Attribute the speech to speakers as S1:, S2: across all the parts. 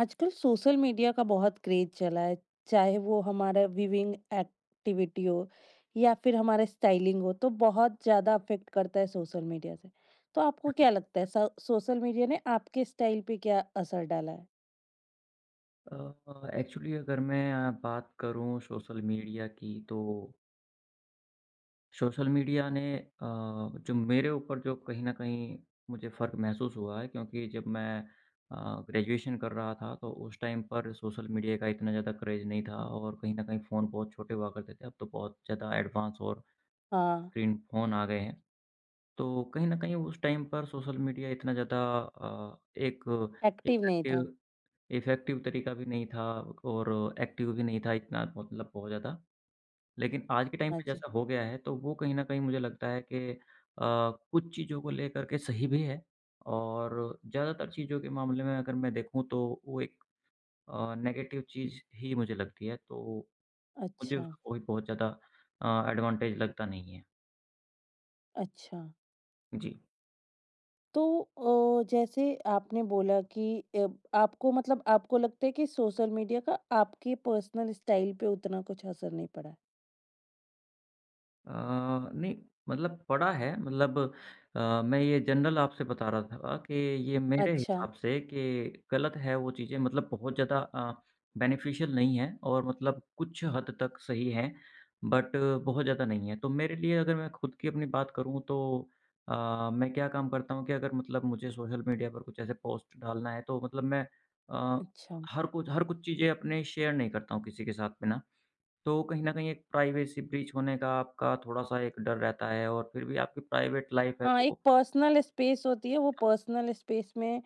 S1: आजकल social media का बहुत क्रेज चला है। चाहे वो हमारा विविंग एक्टिविटी हो या फिर हमारा स्टाइलिंग हो, तो बहुत ज्यादा अफेक्ट करता है सोशल मीडिया से। तो आपको क्या लगता है, सोशल मीडिया ने आपके स्टाइल पे क्या असर डाला है?
S2: एक्चुअली अगर मैं बात करूं सोशल मीडिया की तो सोशल मीडिया ने जो मेरे ऊपर जो कहीं ना कहीं मुझे फ़र्क महसूस हुआ है क्योंकि जब मैं ग्रेजुएशन कर रहा था तो उस टाइम पर सोशल मीडिया का इतना ज़्यादा क्रेज नहीं था और कहीं ना कहीं फ़ोन बहुत छोटे हुआ करते थे। अब तो बहुत ज़्यादा एडवांस और
S1: हाँ।
S2: स्क्रीन फ़ोन आ गए हैं। तो कहीं ना कहीं उस टाइम पर सोशल मीडिया इतना ज़्यादा एक
S1: एक्टिव नहीं था।
S2: इफेक्टिव इफ़ेक्टिव तरीका भी नहीं था और एक्टिव भी नहीं था इतना, मतलब बहुत ज़्यादा। लेकिन आज के टाइम
S1: हाँ
S2: पे
S1: जी।
S2: जैसा हो गया है, तो वो कहीं न कहीं मुझे लगता है कि कुछ चीज़ों को लेकर के सही भी है और ज़्यादातर चीज़ों के मामले में अगर मैं देखूँ तो वो एक नेगेटिव चीज़ ही मुझे लगती है, तो मुझे
S1: अच्छा।
S2: उसका कोई बहुत ज़्यादा एडवांटेज लगता नहीं है।
S1: अच्छा।
S2: जी।
S1: तो जैसे आपने बोला कि अ, आपको मतलब आपको लगता है कि सोशल मीडिया का आपके पर्सनल स्टाइल पे उतना कुछ असर नहीं पड़ा है।
S2: अ, नहीं, मतलब पड़ा है, मतलब मैं ये जनरल आपसे बता रहा था कि ये मेरे
S1: अच्छा।
S2: हिसाब से कि गलत है वो चीज़ें, मतलब बहुत ज़्यादा बेनिफिशियल नहीं है और मतलब कुछ हद तक सही है बट बहुत ज़्यादा नहीं है। तो मेरे लिए अगर मैं खुद की अपनी बात करूँ तो मैं क्या काम करता हूँ कि अगर मतलब मुझे सोशल मीडिया पर कुछ ऐसे पोस्ट डालना है तो मतलब मैं अ,
S1: अच्छा।
S2: हर कुछ चीज़ें अपने शेयर नहीं करता हूँ किसी के साथ में ना। तो कहीं न कहीं एक प्राइवेसी ब्रीच होने का आपका थोड़ा-सा एक डर रहता है और फिर भी आपकी प्राइवेट लाइफ़ है
S1: हाँ, एक पर्सनल स्पेस होती है, वो पर्सनल स्पेस में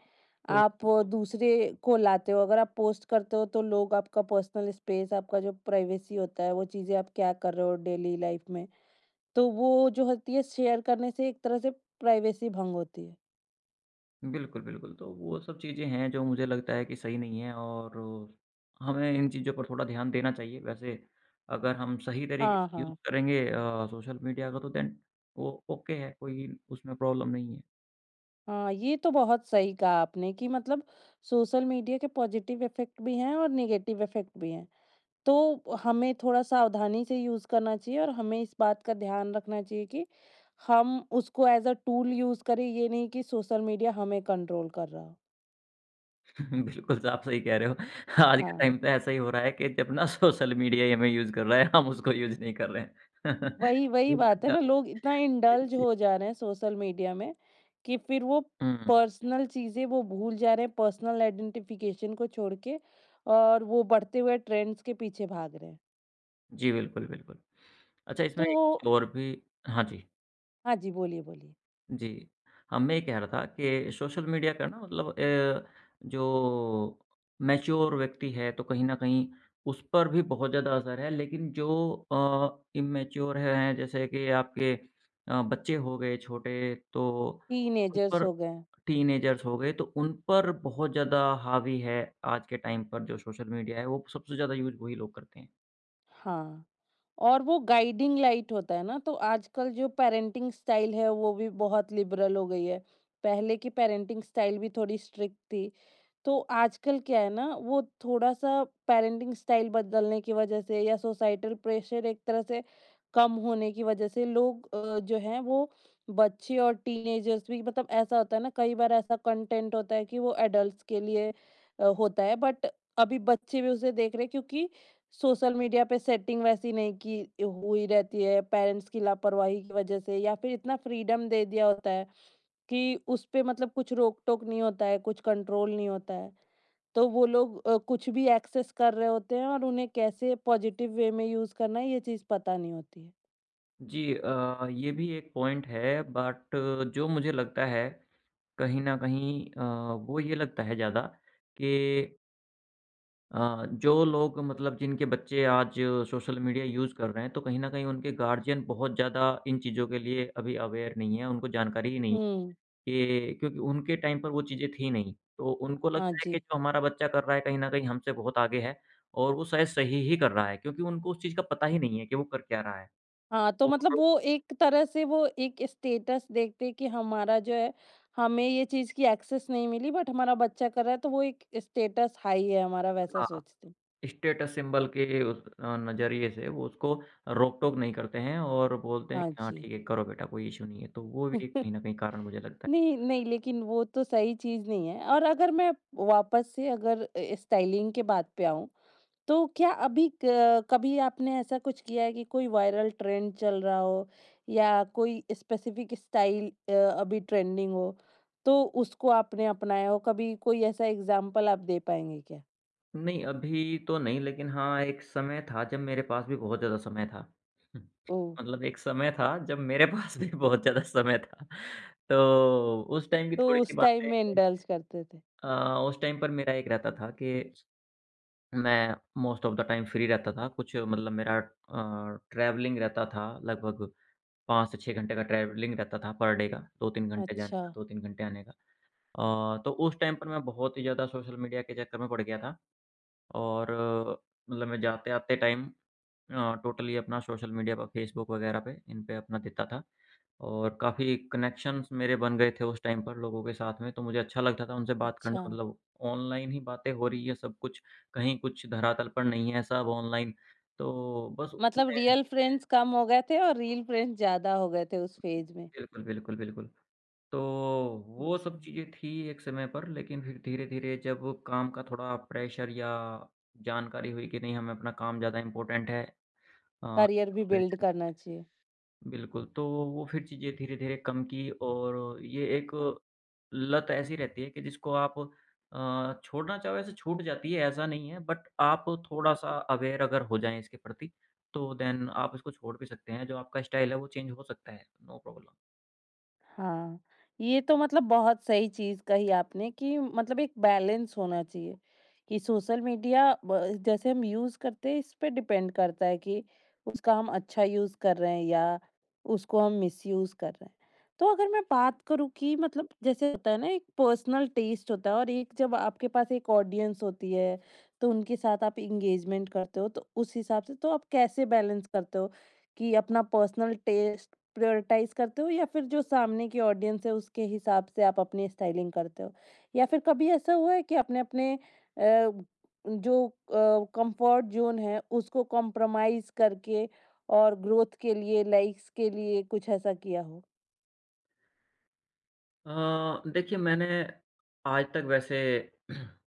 S2: तो
S1: आप दूसरे को लाते हो। अगर आप पोस्ट करते हो तो लोग आपका पर्सनल स्पेस, आपका जो प्राइवेसी होता है, वो चीज़ें आप क्या कर रहे हो डेली लाइफ़ में, तो वो जो होती है शेयर करने से एक तरह से प्राइवेसी भंग होती है।
S2: बिल्कुल, बिल्कुल। तो वो सब चीज़ें हैं जो मुझे लगता है कि सही नहीं है और हमें इन चीज़ों पर थोड़ा ध्यान देना चाहिए। वैसे अगर हम सही तरीके
S1: हाँ,
S2: से यूज़
S1: हाँ।
S2: करेंगे सोशल मीडिया का तो देन वो ओके है, कोई उसमें प्रॉब्लम नहीं है।
S1: हाँ, ये तो बहुत सही कहा आपने कि मतलब सोशल मीडिया के पॉज़िटिव इफ़ेक्ट भी हैं और नेगेटिव इफ़ेक्ट भी हैं। तो हमें थोड़ा सावधानी से यूज़ करना चाहिए और हमें इस बात का ध्यान रखना चाहिए कि हम उसको एज़ अ टूल यूज़ करें, ये नहीं कि सोशल मीडिया हमें कंट्रोल कर रहा हो।
S2: बिल्कुल तो आप सही कह रहे हो। आज के
S1: हाँ,
S2: टाइम पे ऐसा ही हो रहा है कि जब ना सोशल मीडिया ही हमें यूज़ कर रहा है, हम उसको यूज़ नहीं कर रहे हैं।
S1: वही वही बात
S2: बिल्कुल,
S1: है
S2: हाँ।
S1: ना, लोग इतना इंडल्ज हो जा रहे हैं सोशल मीडिया में कि फिर वो
S2: हुँ।
S1: पर्सनल चीज़ें वो भूल जा रहे हैं, पर्सनल आइडेंटिफिकेशन को छोड़ के, और वो बढ़ते हुए ट्रेंड्स के पीछे भाग रहे हैं।
S2: जी, बिल्कुल, बिल्कुल। अच्छा, इसमें
S1: तो
S2: एक चीज़ और भी हाँ जी,
S1: हाँ जी, बोलिए, बोलिए।
S2: जी। हाँ, मैं ये कह रहा था कि सोशल मीडिया का ना, मतलब जो मैच्योर व्यक्ति है तो कहीं न कहीं उस पर भी बहुत ज़्यादा असर है, लेकिन जो इम्मैच्योर हैं, जैसे कि आपके बच्चे हो गए छोटे तो उन
S1: टीनेजर्स
S2: पर
S1: हो गए हैं।
S2: टीनेजर्स हो गए तो उन पर बहुत ज़्यादा हावी है। आज के टाइम पर जो सोशल मीडिया है वो सबसे ज़्यादा यूज़ वही लोग करते हैं।
S1: हाँ। और वो गाइडिंग लाइट होता है ना, तो आजकल जो पेरेंटिंग स्टाइल है वो भी बहुत लिबरल हो गई है। पहले की पेरेंटिंग स्टाइल भी थोड़ी स्ट्रिक्ट थी। तो आजकल क्या है ना, वो थोड़ा सा पेरेंटिंग स्टाइल बदलने की वजह से या सोसाइटल प्रेशर एक तरह से कम होने की वजह से लोग जो हैं वो बच्चे और टीनेजर्स भी, मतलब ऐसा होता है ना, कई बार ऐसा कंटेंट होता है कि वो एडल्ट्स के लिए होता है बट अभी बच्चे भी उसे देख रहे हैं क्योंकि सोशल मीडिया पे सेटिंग वैसी नहीं की हुई रहती है, पेरेंट्स की लापरवाही की वजह से, या फिर इतना फ्रीडम दे दिया होता है कि उस पे मतलब कुछ रोक टोक नहीं होता है, कुछ कंट्रोल नहीं होता है। तो वो लोग कुछ भी एक्सेस कर रहे होते हैं और उन्हें कैसे पॉजिटिव वे में यूज करना है ये चीज पता नहीं होती है।
S2: जी, ये भी एक पॉइंट है, बट जो मुझे लगता है कहीं न कहीं, वो ये लगता है ज़्यादा कि जो लोग मतलब जिनके बच्चे आज सोशल मीडिया यूज़ कर रहे हैं, तो कहीं न कहीं उनके गार्डियन बहुत ज़्यादा इन चीज़ों के लिए अभी अवेयर नहीं है, उनको जानकारी ही नहीं है
S1: हम्म।
S2: कि क्योंकि उनके टाइम पर वो चीज़ें थी नहीं। तो उनको
S1: हाँ
S2: लगता है कि
S1: जी।
S2: जो हमारा बच्चा कर रहा है कहीं न कहीं हमसे बहुत आगे है और वो शायद सही ही कर रहा है क्योंकि उनको उस चीज़ का पता ही नहीं है कि वो कर क्या रहा है।
S1: हाँ, तो
S2: और
S1: मतलब वो एक तरह से वो एक स्टेटस देखते हैं कि हमारा जो है, हमें ये चीज की एक्सेस नहीं मिली बट हमारा बच्चा कर रहा है, तो वो एक स्टेटस हाई है हमारा, वैसा
S2: हाँ।
S1: सोचते हैं।
S2: स्टेटस सिंबल के उस नज़रिए से वो उसको रोक-टोक नहीं करते हैं और बोलते हैं
S1: हाँ
S2: कि हाँ,
S1: जी।
S2: ठीक है करो बेटा, कोई इश्यू नहीं है। तो वो भी एक कहीं न कहीं कारण मुझे लगता है।
S1: नहीं, नहीं, लेकिन वो तो सही चीज़ नहीं है। और अगर मैं वापस से अगर स्टाइलिंग के बात पे आऊँ, तो क्या अभी क कभी आपने ऐसा कुछ किया है कि कोई वायरल ट्रेंड चल रहा हो या कोई स्पेसिफिक स्टाइल अभी ट्रेंडिंग हो, तो उसको आपने अपनाया हो? कभी कोई ऐसा एग्ज़ाम्पल आप दे पाएँगे क्या?
S2: नहीं, अभी तो नहीं, लेकिन हाँ, एक समय था जब मेरे पास भी बहुत ज़्यादा समय था। हम्म,
S1: ओह!
S2: मतलब एक समय था जब मेरे पास भी बहुत ज़्यादा समय था। तो उस टाइम की
S1: तो
S2: थोड़ी-सी
S1: उस टाइम
S2: बातें।
S1: में इंडल्ज करते थे।
S2: अ, उस टाइम पर मेरा एक रहता था कि मैं most of the time free रहता था। कुछ मतलब मेरा ट्रैवलिंग रहता था, लगभग 5 से 6 घंटे का ट्रैवलिंग रहता था पर डे का, 2-3 घंटे जाने
S1: अच्छा।
S2: का, 2-3 घंटे आने का। तो उस टाइम पर मैं बहुत ही ज़्यादा सोशल मीडिया के चक्कर में पड़ गया था और मतलब मैं जाते-आते टाइम टोटली अपना सोशल मीडिया पर फेसबुक वगैरह पे इन पे अपना देता था और काफ़ी कनेक्शंस मेरे बन गए थे उस टाइम पर लोगों के साथ में, तो मुझे अच्छा लगता था उनसे बात करना,
S1: अच्छा।
S2: मतलब ऑनलाइन ही बातें हो रही है सब कुछ, कहीं कुछ धरातल पर नहीं है, सब ऑनलाइन। तो बस उसी
S1: मतलब
S2: में
S1: रियल फ्रेंड्स कम हो गए थे और रील फ्रेंड्स ज़्यादा हो गए थे उस फ़ेज़ में।
S2: बिल्कुल, बिल्कुल, बिल्कुल। तो वो
S1: अच्छा।
S2: सब चीज़ें थी एक समय पर, लेकिन फिर धीरे-धीरे जब काम का थोड़ा प्रेशर या जानकारी हुई कि नहीं हमें अपना काम ज़्यादा इम्पोर्टेंट है, अ,
S1: करियर भी बिल्ड करना चाहिए।
S2: बिल्कुल, तो वो फिर चीज़ें धीरे-धीरे कम की और ये एक लत ऐसी रहती है कि जिसको आप छोड़ना चाहो ऐसे छूट जाती है, ऐसा नहीं है, बट आप थोड़ा-सा अवेयर अगर हो जाएँ इसके प्रति, तो देन आप इसको छोड़ भी सकते हैं, जो आपका स्टाइल है वो चेंज हो सकता है, नो प्रॉब्लम।
S1: हाँ, ये तो मतलब बहुत सही चीज़ कही आपने कि मतलब एक बैलेंस होना चाहिए कि सोशल मीडिया ब जैसे हम यूज़ करते हैं, इस पे डिपेंड करता है कि उसका हम अच्छा यूज़ कर रहे हैं या उसको हम मिसयूज़ कर रहे हैं। तो अगर मैं बात करूँ कि मतलब जैसे होता है ना, एक पर्सनल टेस्ट होता है और एक जब आपके पास एक ऑडियंस होती है, तो उनके साथ आप एंगेजमेंट करते हो, तो उस हिसाब से तो आप कैसे बैलेंस करते हो कि अपना पर्सनल टेस्ट प्रायोरिटाइज़ करते हो या फिर जो सामने की ऑडियंस है उसके हिसाब से आप अपनी स्टाइलिंग करते हो? या फिर कभी ऐसा हुआ है कि आपने अपने जो कंफर्ट ज़ोन है उसको कॉम्प्रोमाइज़ करके और ग्रोथ के लिए, लाइक्स के लिए कुछ ऐसा किया हो?
S2: देखिए, मैंने आज तक वैसे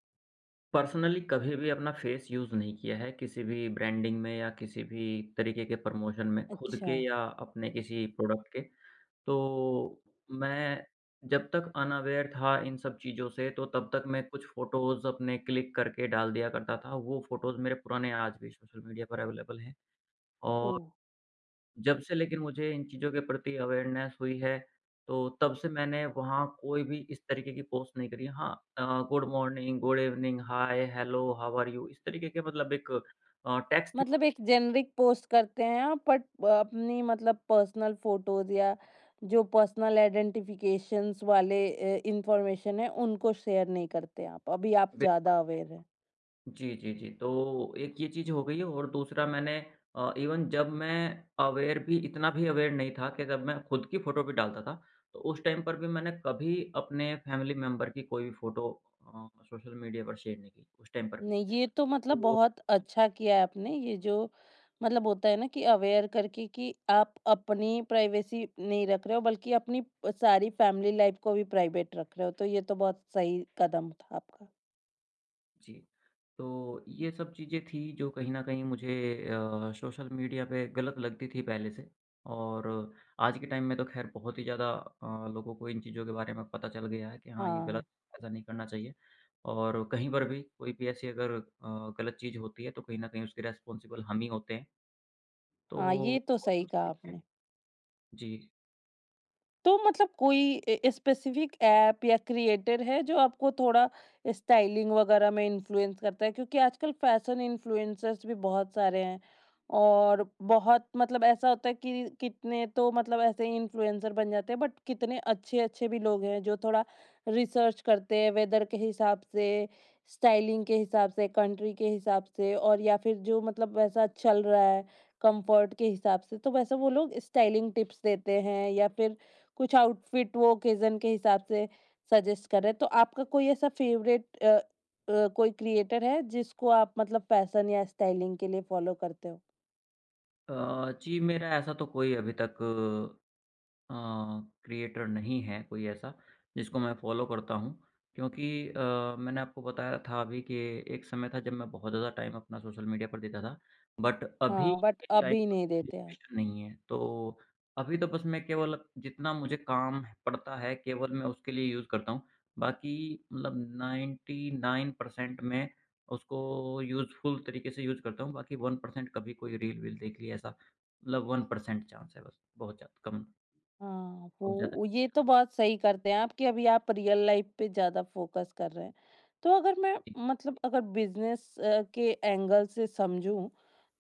S2: पर्सनली कभी भी अपना फेस यूज़ नहीं किया है किसी भी ब्रांडिंग में या किसी भी तरीके के प्रमोशन में, खुद
S1: अच्छा।
S2: के या अपने किसी प्रोडक्ट के। तो मैं जब तक अनअवेयर था इन सब चीज़ों से तो तब तक मैं कुछ फ़ोटोज़ अपने क्लिक करके डाल दिया करता था। वो फ़ोटोज़ मेरे पुराने आज भी सोशल मीडिया पर अवेलेबल हैं, और
S1: ओह!
S2: जब से लेकिन मुझे इन चीज़ों के प्रति अवेयरनेस हुई है, तो तब से मैंने वहाँ कोई भी इस तरीके की पोस्ट नहीं करी। हाँ, अ, good morning, good evening, hi, hello, how are you? इस तरीके के, मतलब एक टेक्स्ट
S1: मतलब एक जेनेरिक पोस्ट करते हैं आप बट अपनी मतलब पर्सनल फ़ोटोज़ या जो पर्सनल आइडेंटिफ़िकेशंस वाले इन्फॉर्मेशन है उनको शेयर नहीं करते आप, अभी आप
S2: बे
S1: ज़्यादा अवेयर हैं।
S2: जी, जी, जी। तो एक ये चीज़ हो गई है और दूसरा मैंने इवन जब मैं अवेयर भी इतना भी अवेयर नहीं था कि जब मैं खुद की फ़ोटो भी डालता था, तो उस टाइम पर भी मैंने कभी अपने फैमिली मेंबर की कोई भी फ़ोटो सोशल मीडिया पर शेयर नहीं की, उस टाइम पर भी।
S1: नहीं, ये तो मतलब
S2: तो
S1: बहुत अच्छा किया है आपने। ये जो मतलब होता है ना कि अवेयर करके कि आप अपनी प्राइवेसी नहीं रख रहे हो बल्कि अपनी प सारी फैमिली लाइफ़ को भी प्राइवेट रख रहे हो, तो ये तो बहुत सही कदम था आपका।
S2: जी, तो ये सब चीज़ें थी जो कहीं न कहीं मुझे सोशल मीडिया पे गलत लगती थी पहले से, और आज के टाइम में तो ख़ैर बहुत ही ज़्यादा लोगों को इन चीज़ों के बारे में पता चल गया है कि हाँ, ये
S1: हाँ,
S2: गलत है, ऐसा नहीं करना चाहिए, और कहीं पर भी कोई भी ऐसी अगर गलत चीज़ होती है तो कहीं न कहीं उसके रिस्पॉन्सिबल हम ही होते हैं। तो
S1: हाँ, ये तो
S2: और
S1: सही
S2: कुछ
S1: कहा
S2: चीज़ें हैं
S1: आपने।
S2: जी।
S1: तो मतलब कोई स्पेसिफिक ऐप या क्रिएटर है जो आपको थोड़ा स्टाइलिंग वगैरह में इन्फ्लुएंस करता है, क्योंकि आजकल फैशन इन्फ्लुएंसर्स भी बहुत सारे हैं, और बहुत मतलब ऐसा होता है कि कितने तो मतलब ऐसे ही इन्फ्लुएंसर बन जाते हैं बट कितने अच्छे अच्छे भी लोग हैं जो थोड़ा रिसर्च करते हैं वेदर के हिसाब से, स्टाइलिंग के हिसाब से, कंट्री के हिसाब से, और या फिर जो मतलब वैसा चल रहा है कंफर्ट के हिसाब से, तो वैसे वो लोग स्टाइलिंग टिप्स देते हैं या फिर कुछ आउटफिट वो ओकेज़न के हिसाब से सजेस्ट कर रहे हैं। तो आपका कोई ऐसा फ़ेवरेट कोई क्रिएटर है जिसको आप मतलब फ़ैशन या स्टाइलिंग के लिए फ़ॉलो करते हो?
S2: जी, मेरा ऐसा तो कोई अभी तक अ, क्रिएटर नहीं है कोई ऐसा जिसको मैं फ़ॉलो करता हूँ, क्योंकि मैंने आपको बताया था अभी कि एक समय था जब मैं बहुत ज़्यादा टाइम अपना सोशल मीडिया पर देता था, बट अभी
S1: हाँ, बट
S2: के टाइम
S1: अभी
S2: पर
S1: नहीं देते आप।
S2: सिचुएशन नहीं है। तो अभी तो बस मैं केवल जितना मुझे काम पड़ता है केवल मैं उसके लिए यूज़ करता हूँ, बाकी मतलब 99% मैं उसको यूज़फुल तरीके से यूज़ करता हूँ, बाकी 1% कभी कोई रील वील देख ली, ऐसा मतलब 1% चांस है, बस बहुत ज़्यादा कम
S1: हाँ,
S2: हो जाता है।
S1: ये तो बहुत सही करते हैं आप कि अभी आप रियल लाइफ़ पे ज़्यादा फ़ोकस कर रहे हैं। तो अगर मैं
S2: जी।
S1: मतलब अगर बिज़नेस के एंगल से समझूँ,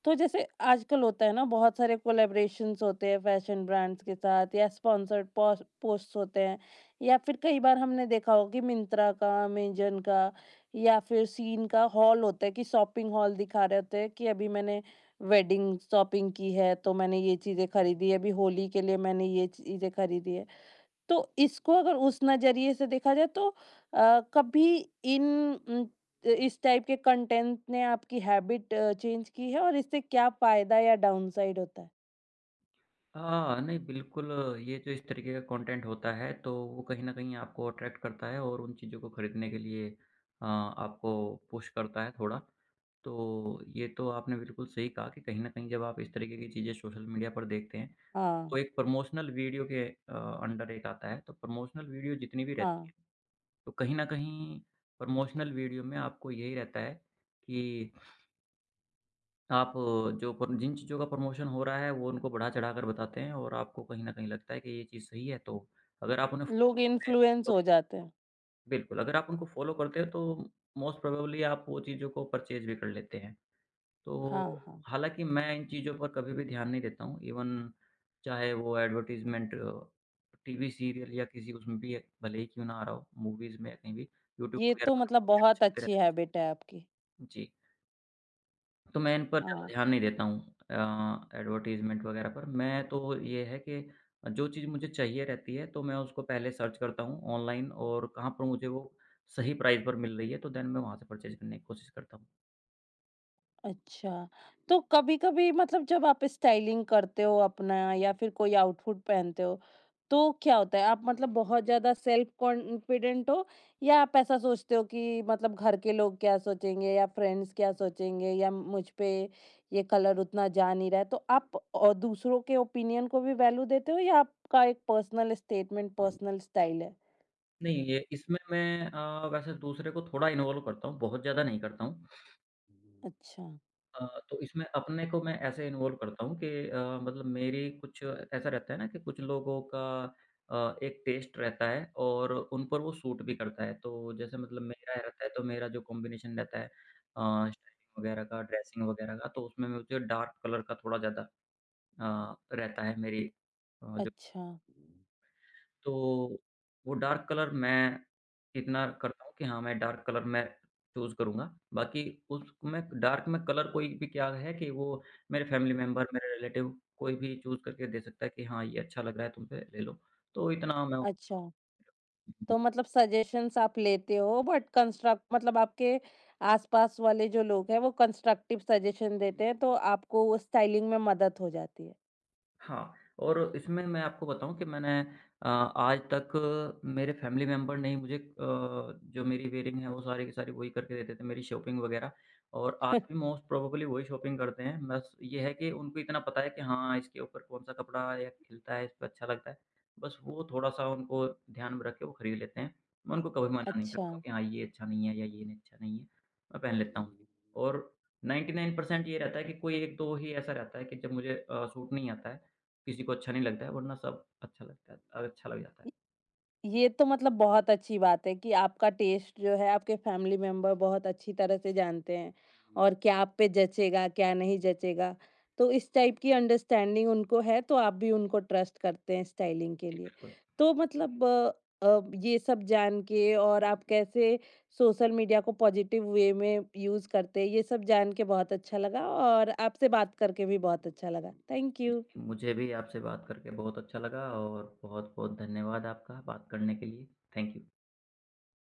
S1: तो जैसे आजकल होता है ना, बहुत सारे कोलैबोरेशंस होते हैं फैशन ब्रांड्स के साथ या स्पॉन्सर्ड पोस्ट होते हैं या फिर कई बार हमने देखा होगा कि मिंत्रा का, अमेजन का या फिर सीन का हॉल होता है कि शॉपिंग हॉल दिखा रहे होते हैं कि अभी मैंने वेडिंग शॉपिंग की है तो मैंने ये चीज़ें खरीदी, अभी होली के लिए मैंने ये चीज़ें खरीदी है। तो इसको अगर उस नज़रिए से देखा जाए तो कभी इन उम, इस टाइप के कंटेंट ने आपकी हैबिट चेंज की है, और इससे क्या फ़ायदा या डाउनसाइड होता है?
S2: हाँ, नहीं, बिल्कुल, ये जो इस तरीके का कंटेंट होता है तो वो कहीं न कहीं आपको अट्रैक्ट करता है और उन चीज़ों को खरीदने के लिए आपको पुश करता है थोड़ा। तो ये तो आपने बिल्कुल सही कहा कि कहीं न कहीं जब आप इस तरीके की चीज़ें सोशल मीडिया पर देखते हैं, तो
S1: हाँ,
S2: एक प्रमोशनल वीडियो के अंडर एक आता है। तो प्रमोशनल वीडियो जितनी भी रहती
S1: हाँ,
S2: है, तो कहीं न कहीं प्रमोशनल वीडियो में आपको यही रहता है कि आप जो प्र जिन चीज़ों का प्रमोशन हो रहा है, वो उनको बढ़ा-चढ़ा कर बताते हैं और आपको कहीं न कहीं लगता है कि ये चीज़ सही है, तो अगर आप उन्हें
S1: लोग
S2: फ़ॉलो करते हैं
S1: इन्फ्लुएंस
S2: तो
S1: हो जाते हैं।
S2: बिल्कुल, अगर आप उनको फ़ॉलो करते हैं तो मोस्ट प्रोबेबली आप वो चीज़ों को परचेज़ भी कर लेते हैं। तो
S1: हाँ, हाँ।
S2: हालाँकि मैं इन चीज़ों पर कभी भी ध्यान नहीं देता हूँ, इवन चाहे वो
S1: हुँ।
S2: एडवर्टाइज़मेंट, टीवी सीरियल या किसी उसमें भी है, भले ही क्यों ना आ रहा हो, मूवीज़ में या कहीं भी, यूट्यूब
S1: ये
S2: वगैरह
S1: तो
S2: पे
S1: मतलब
S2: तो
S1: बहुत
S2: बहुत
S1: अच्छी हैबिट है आपकी।
S2: जी। तो मैं इन पर ज़्यादा
S1: हाँ।
S2: ध्यान नहीं देता हूँ एडवर्टाइज़मेंट वगैरह पर। मैं तो ये है कि जो चीज़ मुझे चाहिए रहती है तो मैं उसको पहले सर्च करता हूँ ऑनलाइन, और कहाँ पर मुझे वो सही प्राइस पर मिल रही है तो देन मैं वहाँ से परचेज़ करने की कोशिश करता हूँ।
S1: अच्छा, तो कभी-कभी मतलब जब आप स्टाइलिंग करते हो अपना या फिर कोई आउटफिट पहनते हो, तो क्या होता है? आप मतलब बहुत ज़्यादा सेल्फ कॉन्फिडेंट हो या आप ऐसा सोचते हो कि मतलब घर के लोग क्या सोचेंगे या फ्रेंड्स क्या सोचेंगे या मुझ पे ये कलर उतना जा नहीं रहा है? तो आप दूसरों के ओपिनियन को भी वैल्यू देते हो या आपका एक पर्सनल स्टेटमेंट, पर्सनल स्टाइल है?
S2: नहीं, ये इसमें मैं वैसे दूसरे को थोड़ा इन्वॉल्व करता हूँ, बहुत ज़्यादा नहीं करता हूँ।
S1: अच्छा,
S2: तो इसमें अपने को मैं ऐसे इन्वॉल्व करता हूँ कि मतलब मेरी कुछ ऐसा रहता है ना कि कुछ लोगों का एक टेस्ट रहता है और उन पर वो सूट भी करता है। तो जैसे मतलब मेरा रहता है, तो मेरा जो कॉम्बिनेशन रहता है स्टाइलिंग वगैरह का, ड्रेसिंग वगैरह का, तो उसमें मुझे डार्क कलर का थोड़ा ज़्यादा रहता है मेरी अ,
S1: अच्छा,
S2: तो वो डार्क कलर मैं इतना करता हूँ कि हाँ, मैं डार्क कलर मैं चूज़ करूँगा। बाकी उसमें डार्क में कलर कोई भी क्या है कि वो मेरे फैमिली मेंबर, मेरे रिलेटिव कोई भी चूज़ करके दे सकता है कि हाँ, ये अच्छा लग रहा है तुम पे, ले लो। तो इतना मैं
S1: अच्छा। तो मतलब सजेशंस आप लेते हो बट कंस्ट्रक्ट मतलब आपके आसपास वाले जो लोग हैं वो कंस्ट्रक्टिव सजेशन देते हैं तो आपको वो स्टाइलिंग में मदद हो जाती है।
S2: हाँ, और इसमें मैं आपको बताऊँ कि मैंने आज तक मेरे फ़ैमिली मेंबर ने ही मुझे जो मेरी वेयरिंग है वो सारी की सारी वही करके देते थे, मेरी शॉपिंग वग़ैरह, और आज भी मोस्ट प्रोबेबली वही शॉपिंग करते हैं। बस ये है कि उनको इतना पता है कि हाँ, इसके ऊपर कौन-सा कपड़ा या खिलता है, इस पे अच्छा लगता है। बस वो थोड़ा-सा उनको ध्यान में रख के वो खरीद लेते हैं। मैं उनको कभी मना नहीं
S1: अच्छा।
S2: करता हूँ कि हाँ, ये अच्छा नहीं है या ये अच्छा नहीं है, मैं पहन लेता हूँ। और 99% ये रहता है कि कोई 1-2 ही ऐसा रहता है कि जब मुझे सूट नहीं आता है, किसी को अच्छा नहीं लगता है, वरना सब अच्छा लगता है, अच्छा लग जाता है।
S1: ये तो मतलब बहुत अच्छी बात है कि आपका टेस्ट जो है आपके फैमिली मेंबर बहुत अच्छी तरह से जानते हैं और क्या आप पे जचेगा क्या नहीं जचेगा, तो इस टाइप की अंडरस्टैंडिंग उनको है तो आप भी उनको ट्रस्ट करते हैं स्टाइलिंग के
S2: जी,
S1: लिए।
S2: बिल्कुल।
S1: तो मतलब ये सब जान के और आप कैसे सोशल मीडिया को पॉजिटिव वे में यूज़ करते हैं ये सब जान के बहुत अच्छा लगा, और आपसे बात करके भी बहुत अच्छा लगा। Thank you.
S2: मुझे भी आपसे बात करके बहुत अच्छा लगा और बहुत-बहुत धन्यवाद आपका बात करने के लिए। Thank you.